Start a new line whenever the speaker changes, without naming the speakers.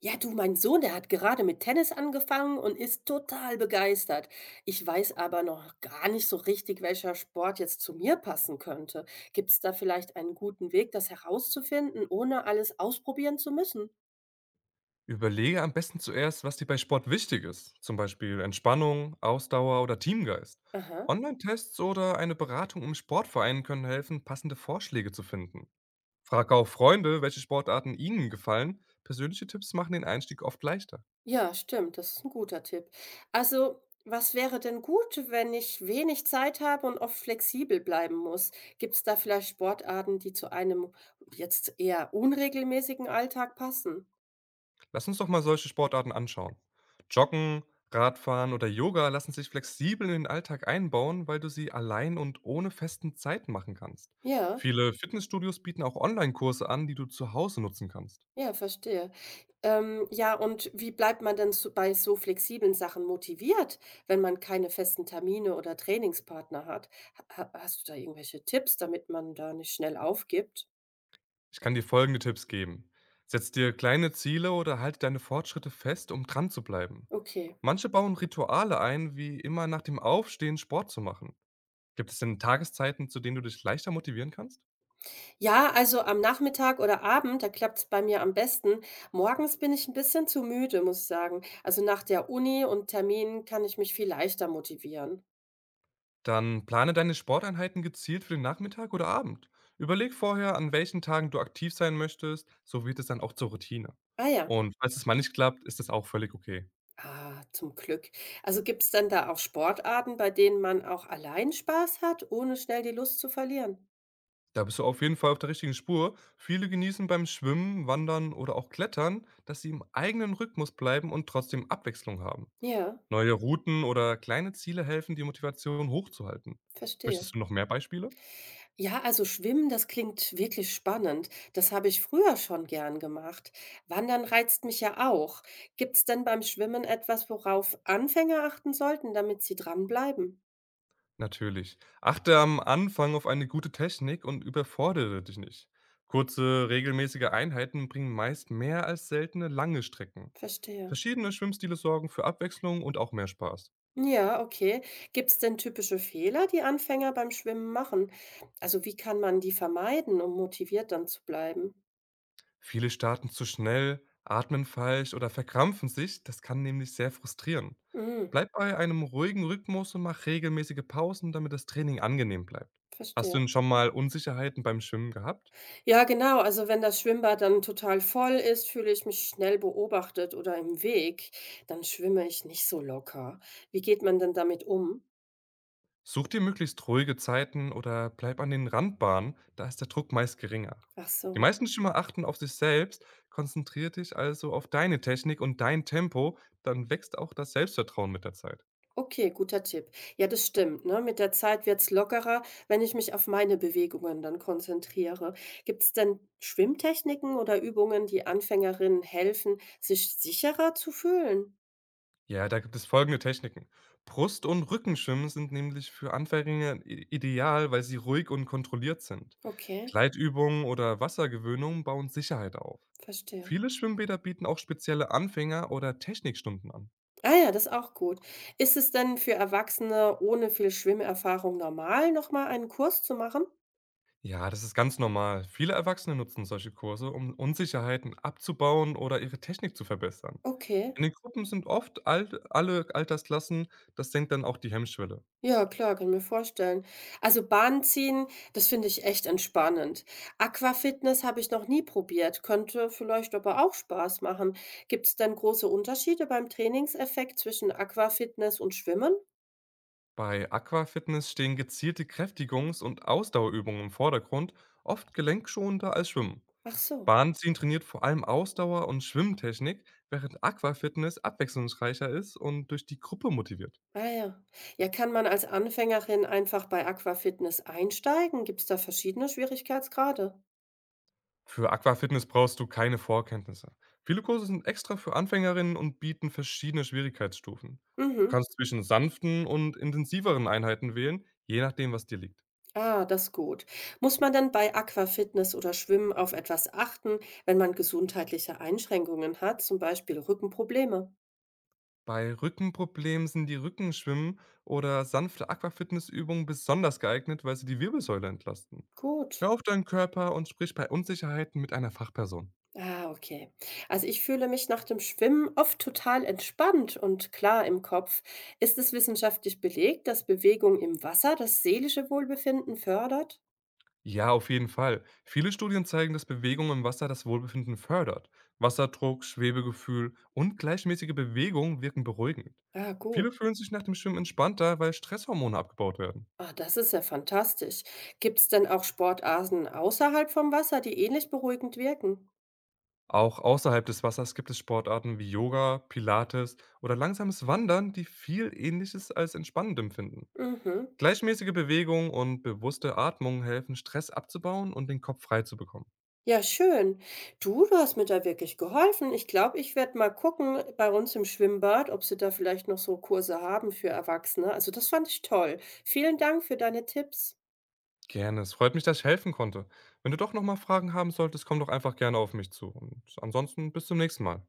Ja, du, mein Sohn, der hat gerade mit Tennis angefangen und ist total begeistert. Ich weiß aber noch gar nicht so richtig, welcher Sport jetzt zu mir passen könnte. Gibt es da vielleicht einen guten Weg, das herauszufinden, ohne alles ausprobieren zu müssen?
Überlege am besten zuerst, was dir bei Sport wichtig ist, zum Beispiel Entspannung, Ausdauer oder Teamgeist.
Aha.
Online-Tests oder eine Beratung im Sportverein können helfen, passende Vorschläge zu finden. Frag auch Freunde, welche Sportarten ihnen gefallen. Persönliche Tipps machen den Einstieg oft leichter.
Ja, stimmt, das ist ein guter Tipp. Also, was wäre denn gut, wenn ich wenig Zeit habe und oft flexibel bleiben muss? Gibt es da vielleicht Sportarten, die zu einem jetzt eher unregelmäßigen Alltag passen?
Lass uns doch mal solche Sportarten anschauen. Joggen, Radfahren oder Yoga lassen sich flexibel in den Alltag einbauen, weil du sie allein und ohne festen Zeiten machen kannst.
Ja.
Viele Fitnessstudios bieten auch Online-Kurse an, die du zu Hause nutzen kannst.
Ja, verstehe. Ja, und wie bleibt man denn so bei so flexiblen Sachen motiviert, wenn man keine festen Termine oder Trainingspartner hat? Ha ha Hast du da irgendwelche Tipps, damit man da nicht schnell aufgibt?
Ich kann dir folgende Tipps geben. Setz dir kleine Ziele oder halte deine Fortschritte fest, um dran zu bleiben.
Okay.
Manche bauen Rituale ein, wie immer nach dem Aufstehen Sport zu machen. Gibt es denn Tageszeiten, zu denen du dich leichter motivieren kannst?
Ja, also am Nachmittag oder Abend, da klappt's bei mir am besten. Morgens bin ich ein bisschen zu müde, muss ich sagen. Also nach der Uni und Terminen kann ich mich viel leichter motivieren.
Dann plane deine Sporteinheiten gezielt für den Nachmittag oder Abend. Überleg vorher, an welchen Tagen du aktiv sein möchtest, so wird es dann auch zur Routine.
Ah ja.
Und falls es mal nicht klappt, ist das auch völlig okay.
Ah, zum Glück. Also gibt es denn da auch Sportarten, bei denen man auch allein Spaß hat, ohne schnell die Lust zu verlieren?
Da bist du auf jeden Fall auf der richtigen Spur. Viele genießen beim Schwimmen, Wandern oder auch Klettern, dass sie im eigenen Rhythmus bleiben und trotzdem Abwechslung haben.
Ja,
Neue Routen oder kleine Ziele helfen, die Motivation hochzuhalten.
verstehe.
Möchtest du noch mehr Beispiele?
Ja, also Schwimmen, das klingt wirklich spannend. Das habe ich früher schon gern gemacht. Wandern reizt mich ja auch. Gibt es denn beim Schwimmen etwas, worauf Anfänger achten sollten, damit sie dranbleiben?
Natürlich. Achte am Anfang auf eine gute Technik und überfordere dich nicht. Kurze, regelmäßige Einheiten bringen meist mehr als seltene lange Strecken.
Verstehe.
Verschiedene Schwimmstile sorgen für Abwechslung und auch mehr Spaß.
Ja, okay. Gibt es denn typische Fehler, die Anfänger beim Schwimmen machen? Also wie kann man die vermeiden, um motiviert dann zu bleiben?
Viele starten zu schnell, atmen falsch oder verkrampfen sich, das kann nämlich sehr frustrieren.
Mhm,
Bleib bei einem ruhigen Rhythmus und mach regelmäßige Pausen, damit das Training angenehm bleibt. Hast du
verstehe.
denn schon mal Unsicherheiten beim Schwimmen gehabt?
Ja, genau. Also wenn das Schwimmbad dann total voll ist, fühle ich mich schnell beobachtet oder im Weg, dann schwimme ich nicht so locker. Wie geht man denn damit um?
Such dir möglichst ruhige Zeiten oder bleib an den Randbahnen, da ist der Druck meist geringer.
Ach
Die
so.
meisten Schwimmer achten auf sich selbst, konzentriere dich also auf deine Technik und dein Tempo, dann wächst auch das Selbstvertrauen mit der Zeit.
Okay, guter Tipp. Ja, das stimmt, ne? Mit der Zeit wird's lockerer, wenn ich mich auf meine Bewegungen dann konzentriere. Gibt es denn Schwimmtechniken oder Übungen, die Anfängerinnen helfen, sich sicherer zu fühlen?
Ja, da gibt es folgende Techniken. Brust- und Rückenschwimmen sind nämlich für Anfänger ideal, weil sie ruhig und kontrolliert sind.
Okay,
Gleitübungen oder Wassergewöhnungen bauen Sicherheit auf.
verstehe.
Viele Schwimmbäder bieten auch spezielle Anfänger- oder Technikstunden an.
Ah ja, das ist auch gut. Ist es denn für Erwachsene ohne viel Schwimmerfahrung normal, noch mal einen Kurs zu machen?
Ja, das ist ganz normal. Viele Erwachsene nutzen solche Kurse, um Unsicherheiten abzubauen oder ihre Technik zu verbessern.
Okay.
In den Gruppen sind oft alle Altersklassen, das senkt dann auch die Hemmschwelle.
Ja, klar, kann mir vorstellen. Also Bahnziehen, das finde ich echt entspannend. Aquafitness habe ich noch nie probiert, könnte vielleicht aber auch Spaß machen. Gibt es denn große Unterschiede beim Trainingseffekt zwischen Aquafitness und Schwimmen?
Bei Aquafitness stehen gezielte Kräftigungs- und Ausdauerübungen im Vordergrund, oft gelenkschonender als Schwimmen.
Ach so.
Bahnziehen trainiert vor allem Ausdauer und Schwimmtechnik, während Aquafitness abwechslungsreicher ist und durch die Gruppe motiviert.
Ah ja. Ja, kann man als Anfängerin einfach bei Aquafitness einsteigen? Gibt es da verschiedene Schwierigkeitsgrade?
Für Aquafitness brauchst du keine Vorkenntnisse. Viele Kurse sind extra für Anfängerinnen und bieten verschiedene Schwierigkeitsstufen. Du
Mhm.
kannst zwischen sanften und intensiveren Einheiten wählen, je nachdem, was dir liegt.
Ah, das ist gut. Muss man dann bei Aquafitness oder Schwimmen auf etwas achten, wenn man gesundheitliche Einschränkungen hat, zum Beispiel Rückenprobleme?
Bei Rückenproblemen sind die Rückenschwimmen oder sanfte Aquafitnessübungen besonders geeignet, weil sie die Wirbelsäule entlasten. Hör
Gut.
auf deinen Körper und sprich bei Unsicherheiten mit einer Fachperson.
Ah, okay. Also ich fühle mich nach dem Schwimmen oft total entspannt und klar im Kopf. Ist es wissenschaftlich belegt, dass Bewegung im Wasser das seelische Wohlbefinden fördert?
Ja, auf jeden Fall. Viele Studien zeigen, dass Bewegung im Wasser das Wohlbefinden fördert. Wasserdruck, Schwebegefühl und gleichmäßige Bewegung wirken beruhigend.
Ah, gut.
Viele fühlen sich nach dem Schwimmen entspannter, weil Stresshormone abgebaut werden.
Ah, das ist ja fantastisch. Gibt es denn auch Sportarten außerhalb vom Wasser, die ähnlich beruhigend wirken?
Auch außerhalb des Wassers gibt es Sportarten wie Yoga, Pilates oder langsames Wandern, die viel Ähnliches als entspannend empfinden.
Mhm.
Gleichmäßige Bewegung und bewusste Atmung helfen, Stress abzubauen und den Kopf frei zu bekommen.
Ja, schön. Du, hast mir da wirklich geholfen. Ich glaube, ich werde mal gucken bei uns im Schwimmbad, ob sie da vielleicht noch so Kurse haben für Erwachsene. Also das fand ich toll. Vielen Dank für deine Tipps.
Gerne, es freut mich, dass ich helfen konnte. Wenn du doch nochmal Fragen haben solltest, komm doch einfach gerne auf mich zu. Und ansonsten bis zum nächsten Mal.